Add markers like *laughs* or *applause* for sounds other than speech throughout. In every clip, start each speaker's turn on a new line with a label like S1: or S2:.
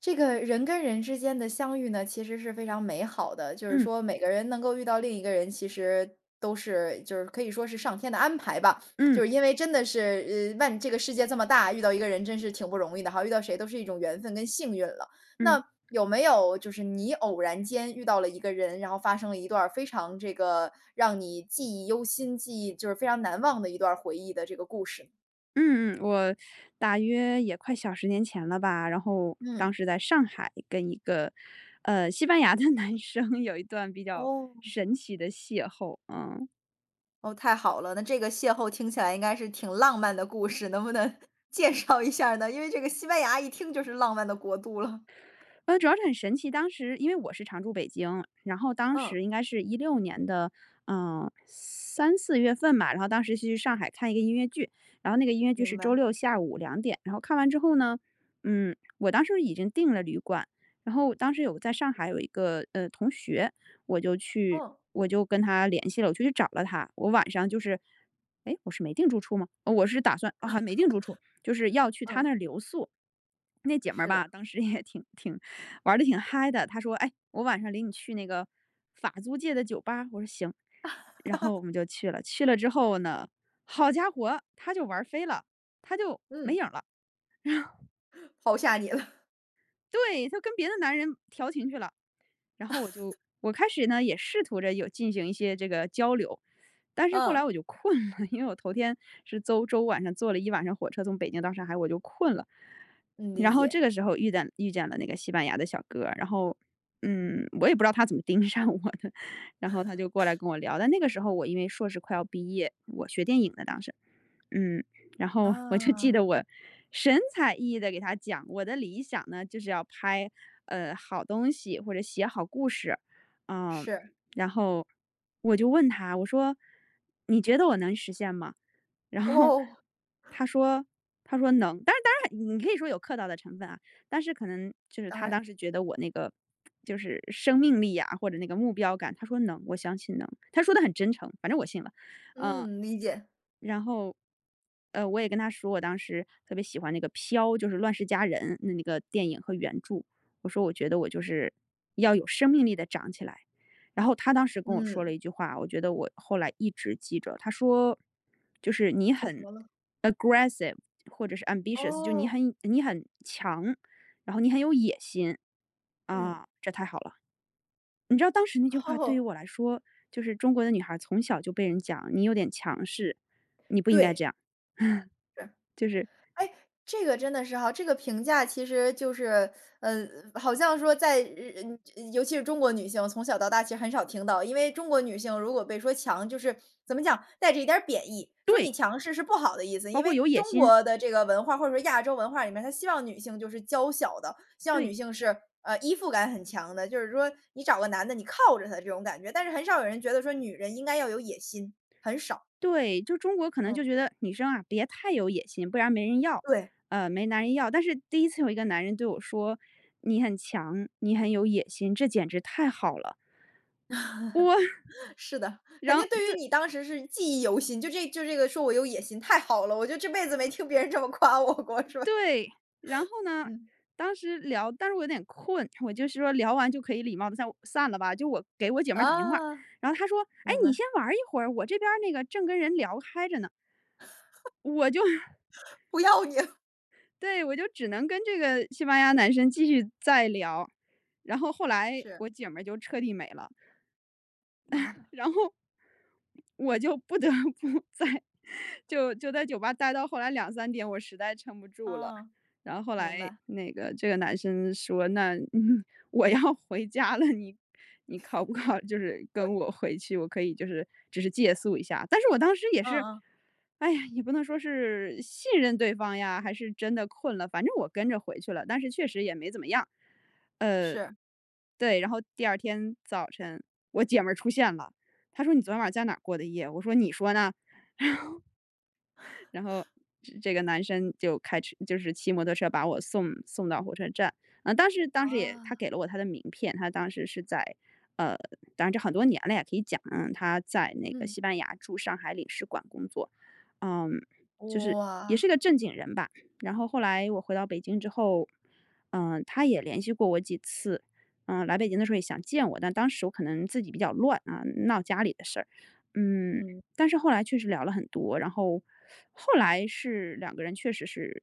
S1: 这个人跟人之间的相遇呢，其实是非常美好的。就是
S2: 嗯
S1: 说，每个人能够遇到另一个人，其实都是就是可以说是上天的安排吧。就
S2: 嗯
S1: 是因为真的是，这个世界这么大，遇到一个人真是挺不容易的哈，遇到谁都是一种缘分跟幸运了。
S2: 嗯
S1: 那有没有就是你偶然间遇到了一个人，然后发生了一段儿非常这个让你记忆犹新、记忆就是非常难忘的一段儿回忆的这个故事呢？
S2: 嗯嗯，我大约也快小十年前了吧。然后当
S1: 嗯。
S2: 时在上海跟一个，西班牙的 *laughs* 男生有一段比较
S1: 哦，
S2: 神奇的邂逅，嗯。
S1: 哦，太好了，那这个邂逅听起来应该是挺浪漫的故事，能不能 *laughs* 介绍一下呢？因为这个西班牙一听就是浪漫的国度了。
S2: 主要是很神奇，当时因为我是常住北京，然后当
S1: 嗯，
S2: 时应该是16年的，三四月份吧。然后当时是去上海看一个音乐剧，然后那个音乐剧
S1: 明
S2: 是周
S1: 白。
S2: 六下午2点，然后看完之后呢，我当时已经订了旅馆，然后当时有在上海有一个，同学。我就去
S1: 嗯，
S2: 我就跟他联系了，我就去找了他，我晚上就是哎，我是没订住处吗？哦，我是打算啊，哦，还没订住处，就是要去他
S1: 嗯，
S2: 那儿留宿。那姐们儿
S1: 是
S2: 吧，
S1: 的，
S2: 当时也挺玩的挺嗨的。他说："哎，我晚上领你去那个法租界的酒吧。"我说："行。"然后我们就去了。去了之后呢，好家伙，他就玩飞了，他就没
S1: 嗯，
S2: 影儿了。
S1: 抛下你了。
S2: 对，他跟别的男人调情去了。然后我开始呢也试图着有进行一些这个交流，但是后来
S1: 嗯，
S2: 我就困了，因为我头天是周晚上坐了一晚上火车从北京到上海，我就困了。
S1: 嗯，理
S2: 然后这
S1: 解。
S2: 个时候遇见了那个西班牙的小哥，然后，我也不知道他怎么盯上我的，*laughs* 然后他就过来跟我聊。但那个时候我因为硕士快要毕业，我学电影的当时，嗯，然后我就记
S1: 啊，
S2: 得我神采奕奕的给他讲我的理想呢，就是要拍好东西或者写好故事，嗯，
S1: 是，
S2: 然后我就问他，我说你觉得我能实现吗？然后
S1: 哦，
S2: 他说他说能。但是当然你可以说有客套的成分啊，但是可能就是
S1: 当
S2: 他
S1: 然，
S2: 当时觉得我那个就是生命力啊，或者那个目标感，他说能，我相信能，他说的很真诚，反正我信了，嗯。
S1: 嗯，理解，
S2: 然后，我也跟他说，我当时特别喜欢那个《飘》，就是《乱世佳人》的那个电影和原著，我说我觉得我就是要有生命力的长起来。然后他当时跟我说了
S1: 嗯，
S2: 一句话，我觉得我后来一直记着。他说，就是
S1: 他
S2: 你
S1: 说什
S2: 很，
S1: 么了？
S2: 或者是 ambitious,就你
S1: 哦，
S2: 很你很强，然后你很有野心，
S1: 嗯，
S2: 啊，这太好了。你知道当时那句话对于
S1: 哦，
S2: 我来说，就是中国的女孩从小就被人讲你有点强势，你不应该
S1: 对，
S2: 这样，
S1: 是。
S2: 就是，
S1: 哎，这个真的是哈，这个评价其实就是，呃，好像说在日嗯，尤其是中国女性，从小到大其实很少听到，因为中国女性如果被说强，就是怎么讲，带着一点儿贬义，说你
S2: 对，
S1: 强势是不好的意思。因
S2: 包括
S1: 为
S2: 有野
S1: 中
S2: 心，
S1: 国的这个文化或者说亚洲文化里面，他希望女性就是娇小的，希望女
S2: 对，
S1: 性是依附感很强的，就是说你找个男的，你靠着他这种感觉。但是很少有人觉得说女人应该要有野心，很少。
S2: 对，就中国可能
S1: 嗯，
S2: 就觉得女生啊，别太有野心，不然没人要，
S1: 对。
S2: 没男人要。但是第一次有一个男人对我说："你很强，你很有野心，这简直太好了。"我，*laughs*
S1: 是的，肯
S2: 然
S1: 定
S2: 后，
S1: 对于
S2: 对，
S1: 你当时是记忆犹新，就这个说我有野心，太好了，我就这辈子没听别人这么夸我过，是吧？
S2: 对，然后呢，
S1: 嗯，
S2: 当时聊，但是我有点困，我就是说聊完就可以礼貌的散散了吧。就我给我姐妹儿打电话，
S1: 啊，
S2: 然后她说："哎，
S1: 明
S2: 你
S1: 白，
S2: 先玩儿一会儿，我这边儿那个正跟人聊嗨着呢。"我就 *laughs*
S1: 不要你了
S2: 对，我就只能跟这个西班牙男生继续再聊，然后后来
S1: 是，
S2: 我姐们儿就彻底没了。
S1: *laughs* 啊，
S2: 然后我就不得不 *laughs* 就在酒吧待到后来2、3点，我实在撑不住了。
S1: 啊，
S2: 然后后
S1: 明
S2: 来
S1: 白，
S2: 那个这个男生说："那、我要回家了，你考不考？就是跟我回去，我可以就是只是借宿一下。"但是我当时也是，
S1: 嗯嗯，
S2: 哎呀，也不能说是信任对方呀，还是真的困了，反正我跟着回去了，但是确实也没怎么样。呃，
S1: 是，
S2: 对，然后第二天早晨，我姐们儿出现了。他说你昨晚在哪儿过的夜？我说你说呢？然后这个男生就开车，就是骑摩托车把我送到火车站。嗯、当时也他
S1: 啊，
S2: 给了我他的名片，他当时是在，呃，当然这很多年了也可以讲，嗯，他在那个
S1: 嗯，
S2: 西班牙驻上海领事馆工作，嗯，就是
S1: 哇，
S2: 也是个正经人吧。然后后来我回到北京之后，他也联系过我几次。来北京的时候也想见我，但当时我可能自己比较乱啊，闹家里的事儿，嗯，
S1: 嗯，
S2: 但是后来确实聊了很多，然后后来是两个人确实是，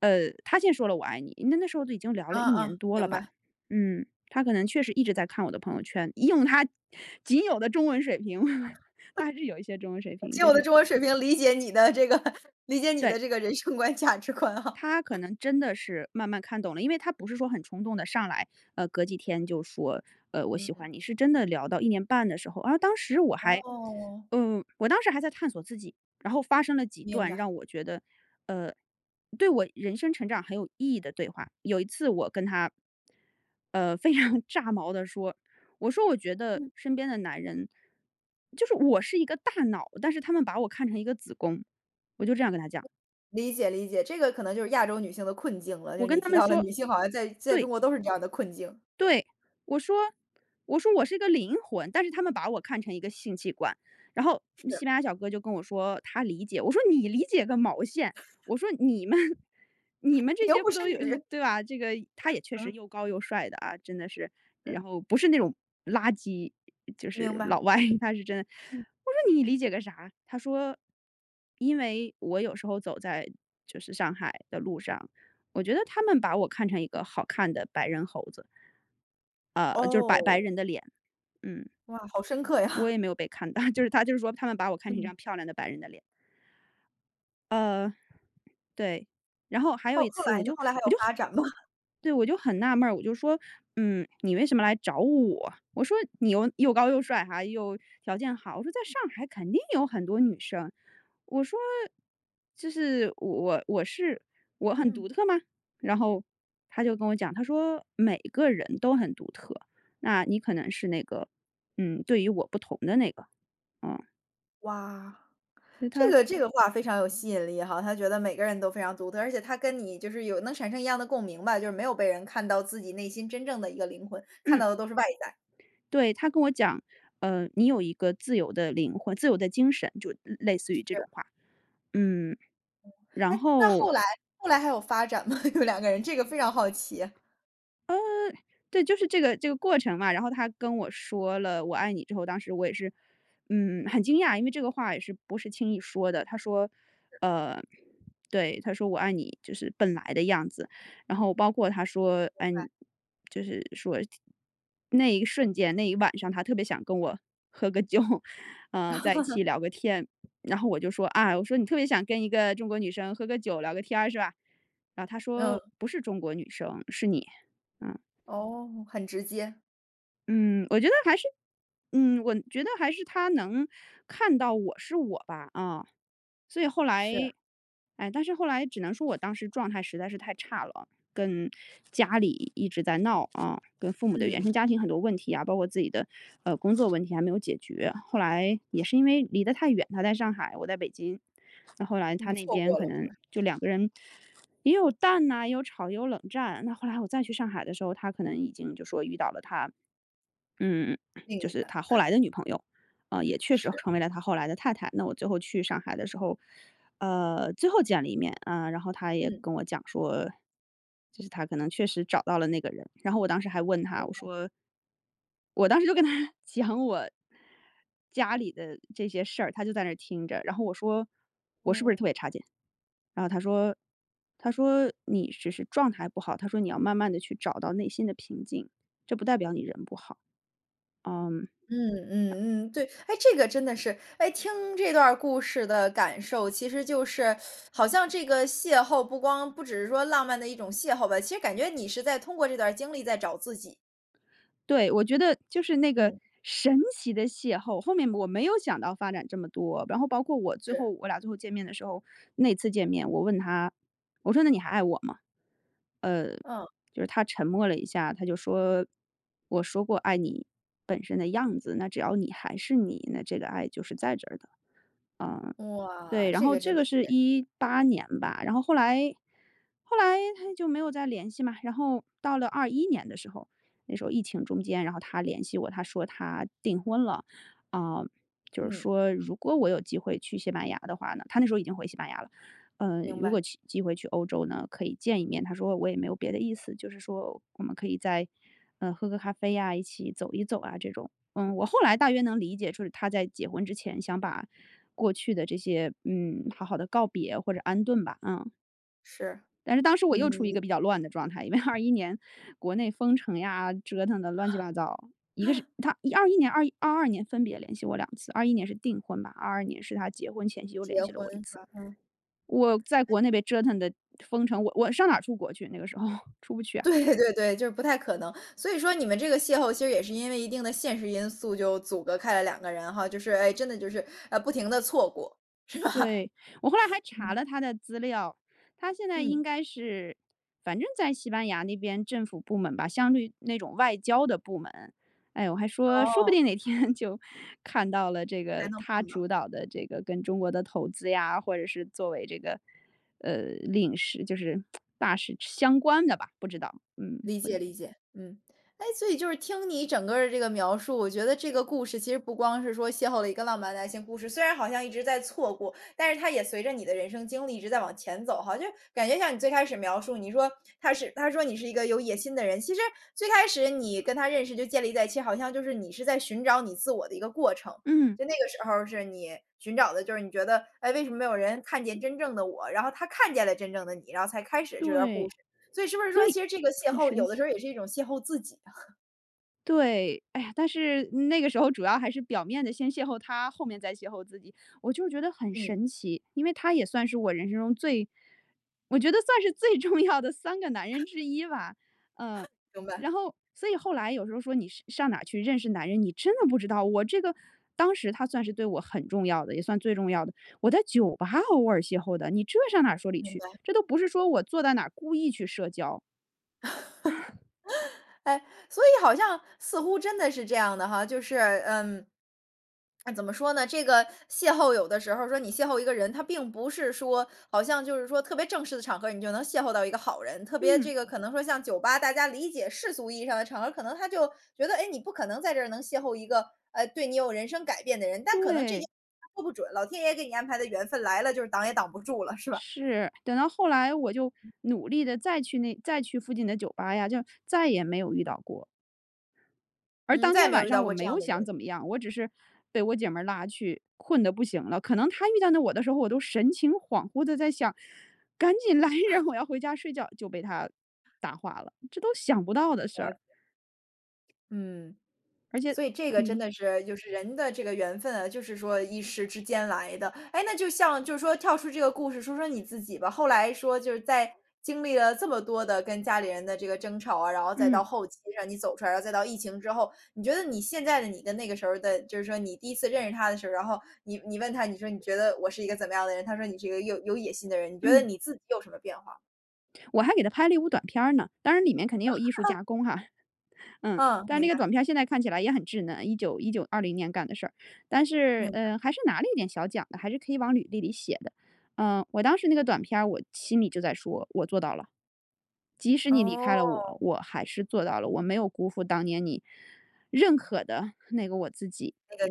S2: 他先说了"我爱你"，那时候都已经聊
S1: 啊
S2: 了一年
S1: 啊，
S2: 多了
S1: 明
S2: 吧。
S1: 白，
S2: 他可能确实一直在看我的朋友圈，用他仅有的中文水平，*laughs* 他还是有一些中文水
S1: *laughs*
S2: 平，
S1: 借
S2: 就
S1: 我的
S2: 是，
S1: 中文水平理解你的这个 *laughs* 理解你的
S2: 对。
S1: 这个人生观价值观哈，
S2: 他可能真的是慢慢看懂了，因为他不是说很冲动的上来，隔几天就说，我喜
S1: 嗯，
S2: 欢你，是真的聊到一年半的时候，然后当时
S1: 哦，
S2: 我当时还在探索自己，然后发生了几
S1: 明
S2: 段
S1: 白，
S2: 让我觉得，呃，对我人生成长很有意义的对话。有一次我跟他，非常 *laughs* 炸毛的说，我说："我觉得
S1: 嗯
S2: 身边的男人就是我是一个大脑，但是他们把我看成一个子宫。"我就这样跟他讲。
S1: 理解理解，这个可能就是亚洲女性的困境了，就
S2: 我
S1: 是
S2: 跟
S1: 你
S2: 他
S1: 提
S2: 们
S1: 到了
S2: 说，
S1: 女性好像在中
S2: 对，
S1: 国都是这样的困境，
S2: 对，我说我说我是一个灵魂，但是他们把我看成一个性器官。然后
S1: 是，
S2: 西班牙小哥就跟我说他理解，我说你理解个毛线！我说你们 *laughs* 你们这
S1: 你又
S2: 些
S1: 不
S2: 不
S1: 是
S2: 都有
S1: 女人，
S2: *laughs* 对吧？这个，他也确实
S1: 嗯，
S2: 又高又帅的啊，真的是，然
S1: 对
S2: 后不是那种垃圾，就
S1: 明
S2: 是
S1: 白，
S2: 老外，*laughs* 他是真的。
S1: 嗯，
S2: 我说你理解个啥？他说，因为我有时候走在就是上海的路上，我觉得他们把我看成一个好看的白人猴子。就是白白，
S1: 哦，
S2: 嗯，
S1: 哇，好深刻
S2: 我也
S1: 呀，
S2: 没有被看到，*laughs* 就是他就是说他们把我看成一
S1: 嗯，
S2: 张漂亮的白人的脸。对，然后还有
S1: 后
S2: 一
S1: 后
S2: 次
S1: 来
S2: 我
S1: 呢？
S2: 就
S1: 后来还有
S2: 我就很
S1: 发展吗？
S2: 对，我就很纳闷儿，我就说："嗯，你为什么来找我？"我说："你又高又帅哈，又条件好。"我说："在上海肯定有很多女生。"我说："就是我很独
S1: 嗯。
S2: 特吗？"然后他就跟我讲，他说："每个人都很独特，那你可能是那个，对于我不同的那个。"嗯，
S1: 哇，
S2: 所以
S1: 这
S2: 他
S1: 个这个话非常有吸引力哈，他觉得每个人都非常独特，而且他跟你就是有能产生一样的共鸣吧，就是没有被人看到自己内心真正的一个灵魂，看
S2: 嗯。
S1: 到的都是外在。
S2: 对，他跟我讲，你有一个自由的灵魂，自由的精神，就类似于这种话。嗯，
S1: 哎，
S2: 然
S1: 那
S2: 后，
S1: 后来还有发展吗？*laughs* 有两个人，这个非常好奇，
S2: 对，就是这个过程嘛，然后他跟我说了"我爱你"之后，当时我也是，很惊讶，因为这个话也是不是轻易说的。他说，呃，对，他说"我爱你"就是本来的样子，然后包括他说，就是说那一瞬间那一晚上，他特别想跟我喝个酒，*laughs* 在一起聊个天，然后我就说啊，我说你特别想跟一个中国女生喝个酒聊个天儿是吧？然后他
S1: 嗯。
S2: 说不是中国女生，是你，嗯。
S1: 哦，很直接。
S2: 嗯，我觉得还是我觉得还是他能看到我是我吧，啊。所以后来
S1: 是。
S2: 哎，但是后来只能说我当时状态实在是太差了，跟家里一直在闹啊，跟父母的原
S1: 嗯，
S2: 生家庭很多问题啊，包括自己的，工作问题还没有解决。后来也是因为离得太远，他在上海，我在北京，那后来他
S1: 你
S2: 那
S1: 错
S2: 边
S1: 过
S2: 可
S1: 了
S2: 能就两个人也有淡呐，也有吵，也有冷战。那后来我再去上海的时候，他可能已经就说遇到了他，嗯，
S1: 另
S2: 就
S1: 一
S2: 是
S1: 半，
S2: 他后来的女朋友，也确实
S1: 是，
S2: 成为了他后来的太太。那我最后去上海的时候，最后见了一面啊，然后他也
S1: 嗯。
S2: 跟我讲说，就是他可能确实找到了那个人。然后我当时还问他，我当时就跟他 *laughs* 讲我家里的这些事儿，他就在那儿听着。然后我说，
S1: 哦嗯。
S2: 然后他说，他说你只是状态不好，他说你要慢慢的去找到内心的平静，这不代表你人不好。嗯。
S1: 嗯哦，嗯，对。哎，这个真的是哎，听这段儿故事的感受，其实就是好像这个邂逅不光不只是说浪漫的一种邂逅吧，其实感觉你是在通过这段经历在找自己。
S2: 对，我觉得就是那个
S1: 嗯，
S2: 神奇的邂逅，后面我没有想到发展这么多，然后包括我最后
S1: 是，
S2: 我俩最后见面的时候，那次见面我问他，我说：“那你还爱我吗？”
S1: 嗯，
S2: 就是他沉默了一下，他就说：“我说过爱你本身的样子，那只要你还是你，那这个爱就是在这儿的。”嗯，
S1: 哇，
S2: 对，然
S1: 这
S2: 后
S1: 个真
S2: 这
S1: 的
S2: 个是
S1: 是
S2: 2018年吧，然后后来他就没有再联系嘛，然后到了二一年的时候，那时候疫情中间，然后他联系我，他说他订婚了，啊，就是
S1: 嗯，
S2: 说如果我有机会去西班牙的话呢，他那时候已经回西班牙了，
S1: 明
S2: 如
S1: 白，
S2: 果去机会去欧洲呢，可以见一面。他说我也没有别的意思，就是说我们可以在，喝个咖啡呀，一起走一走啊这种。嗯，我后来大约能理解，就是他在结婚之前想把过去的这些，好好的告别或者安顿吧，嗯。
S1: 是，
S2: 但是当时我又处于一
S1: 嗯，
S2: 个比较乱的状态，因为二一年国内封城呀，折腾的乱七八糟。一个是他一二一年、二二二年分别联系我两次，二一年是订婚吧，二二年是他结婚前夕又联
S1: 结
S2: 系了
S1: 婚
S2: 我一
S1: 是
S2: 次。
S1: 吧？嗯。
S2: 我在国内被折腾的封城，我上哪儿出国去那个时候 *laughs*，出不去啊。
S1: 对对对，就是不太可能。所以说你们这个邂逅其实也是因为一定的现实因素就阻隔开了两个人哈，就是，哎，真的就是，不停的错过。
S2: 对，我后来还查
S1: 嗯，
S2: 了他的资料，他现在应
S1: 嗯，
S2: 该是反正在西班牙那边政府部门吧，相对那种外交的部门。哎，我还说，说不
S1: 哦，
S2: 定哪天 *laughs* 就看到了这
S1: 还
S2: 个
S1: 能
S2: 他
S1: 碰到。
S2: 主导的这个跟中国的投资呀，或者是作为这个，领事就是大使相关的吧，不知道。嗯，
S1: 理解理解，嗯，哎，所以就是听你整个儿的这个描述，我觉得这个故事其实不光是说邂逅了一个浪漫的爱情故事，虽然好像一直在错过，但是它也随着你的人生经历一直在往前走，哈，就感觉像你最开始描述，你说他是他说你是一个有野心的人，其实最开始你跟他认识就建立在一起，好像就是你是在寻找你自我的一个过程，
S2: 嗯，
S1: 就那个时候是你寻找的就是你觉得，哎，为什么没有人看见真正的我？然后他看见了真正的你，然后才开始这段故
S2: 对，
S1: 事。所以是不是
S2: 所
S1: 说
S2: 以
S1: 其实这个邂
S2: 很
S1: 逅
S2: 神
S1: 有的时
S2: 奇。
S1: 候也是一种邂逅自己啊？
S2: 对，哎呀，但是那个时候主要还是表面的先邂逅他，后面再邂逅自己。我就是觉得很
S1: 嗯。
S2: 神奇，因为他也算是我人生中最，我觉得算是最 *laughs* 重要的三个男人之一吧，嗯。
S1: 明白。
S2: 然后所以后来有时候说你上哪儿去认识男人，你真的不知道。我这个当时他算是对我很重要的，也算最重要的。我在酒吧偶尔邂逅的，你这上哪儿说理去？这都不是说我坐在哪儿故意去社交。
S1: 哎，所以好像似乎真的是这样的哈，就是嗯，啊怎么说呢，这个邂逅有的时候说你邂逅一个人，他并不是说好像就是说特别正式的场合，你就能邂逅到一个好人。特别这
S2: 嗯，
S1: 个可能说像酒吧，大家理解世俗意义上的场合，可能他就觉得，哎，你不可能在这儿能邂逅一个，对你有人生改变的人，但可能这件事
S2: 对。
S1: 说不准，老天爷给你安排的缘分来了，就是挡也挡不住了，是吧？
S2: 是，等到后来我就努力的再去附近的酒吧呀，就再也没有遇到过。而
S1: 嗯，
S2: 当
S1: 再也
S2: 天
S1: 没有
S2: 晚
S1: 遇
S2: 上
S1: 到
S2: 我
S1: 过这
S2: 没
S1: 样
S2: 有
S1: 的
S2: 想
S1: 人，
S2: 怎么样，我只是被我姐们儿拉去，困的不行了。可能她遇到那我的时候，我都神情恍惚的在想，赶紧来人，*laughs* 我要回家睡觉，就被她打话了，这都想不到的事
S1: 了
S2: 儿。
S1: 嗯，
S2: 而且
S1: 所以这个真
S2: 嗯，
S1: 的是就是人的这个缘分啊，就是说一时之间来的。哎，那就像就是说跳出这个故事，说说你自己吧。后来说就是在经历了这么多的跟家里人的这个争吵啊，然后再到
S2: 嗯，
S1: 后期让你走出来，然后再到疫情之后，你觉得你现在的你跟那个时候的，就是说你第一次认识他的时候，然后你问他，你说你觉得我是一个怎么样的人？他说你是一个有野心的人，你觉得
S2: 嗯，
S1: 你自己有什么变化？
S2: 我还给她拍了一部短片儿呢，当然里面肯定有艺术加工哈。嗯，
S1: 嗯，
S2: 但
S1: 明
S2: 那个
S1: 白
S2: 短片现在看起来也很稚嫩，一九一九二零年干的事儿，但
S1: 明
S2: 是，
S1: 白。
S2: 还是拿了一点小奖的，还是可以往履历里写的。嗯，我当时那个短片儿我心里就在说：“我做到了，即使你离开了
S1: 哦，
S2: 我，我还是做到了，我没有辜负当年你认可的那个我自己。”
S1: 那个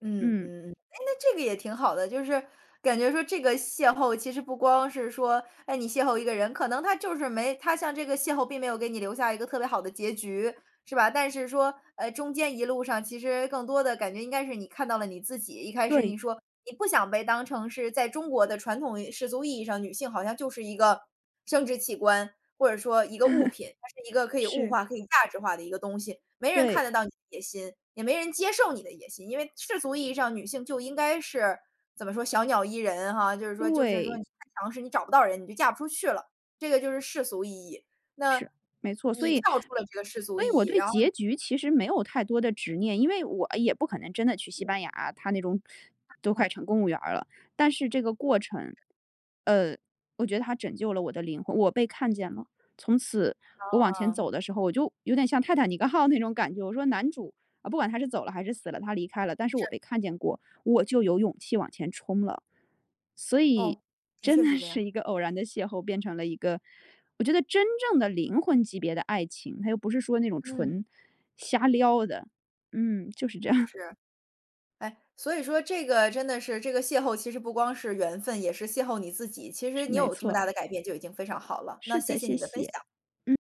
S1: 嗯
S2: 嗯，
S1: 嗯嗯，哎，那这个也挺好的，就是感觉说这个邂逅其实不光是说，哎，你邂逅一个人，可能他就是没，他像这个邂逅并没有给你留下一个特别好的结局，是吧？但是说，中间一路上其实更多的感觉应该是你看到了你自己。一开始你
S2: 对，
S1: 说你不想被当成是在中国的传统世俗意义上，女性好像就是一个生殖器官，或者说一个物品，它是一个可以物
S2: 是，
S1: 化、可以价值化的一个东西，没人看
S2: 对，
S1: 得到你的野心，也没人接受你的野心。因为世俗意义上，女性就应该是怎么说，小鸟依人哈，就是说
S2: 对。
S1: 你太强势，你找不到人，你就嫁不出去了，这个就是世俗意义。那
S2: 是，没错，所
S1: 你
S2: 以
S1: 跳出了这个世俗
S2: 所
S1: 意
S2: 以我
S1: 义，
S2: 对
S1: 然后
S2: 结局其实没有太多的执念，因为我也不可能真的去西班牙，他那种都快成公务员儿了。但是这个过程，呃，我觉得他拯救了我的灵魂，我被看见了。从此我往前
S1: 呢？
S2: 走的时候，我就有点像泰坦尼克号那种感觉。我说男主啊，不管他是走了还是死了，他离开了，但是我
S1: 是，
S2: 被看见过，我就有勇气往前冲了。所以
S1: 哦，的
S2: 真
S1: 确是
S2: 的
S1: 这样，
S2: 是一个偶然的邂逅，变成了一个我觉得真正的灵魂级别的爱情，他又不是说那种
S1: 嗯，
S2: 纯瞎撩的。嗯，就是这样，
S1: 是。哎，所以说这个真的是这个邂逅，其实不光是缘分，也是邂逅你自己。其
S2: *laughs*
S1: 实
S2: 是
S1: 你
S2: 没
S1: 有这么
S2: 错，
S1: 大的改变就已经非常好了，那
S2: 是
S1: 谢
S2: 的，
S1: 谢
S2: 谢
S1: 你的分
S2: 谢，
S1: 享。
S2: 嗯。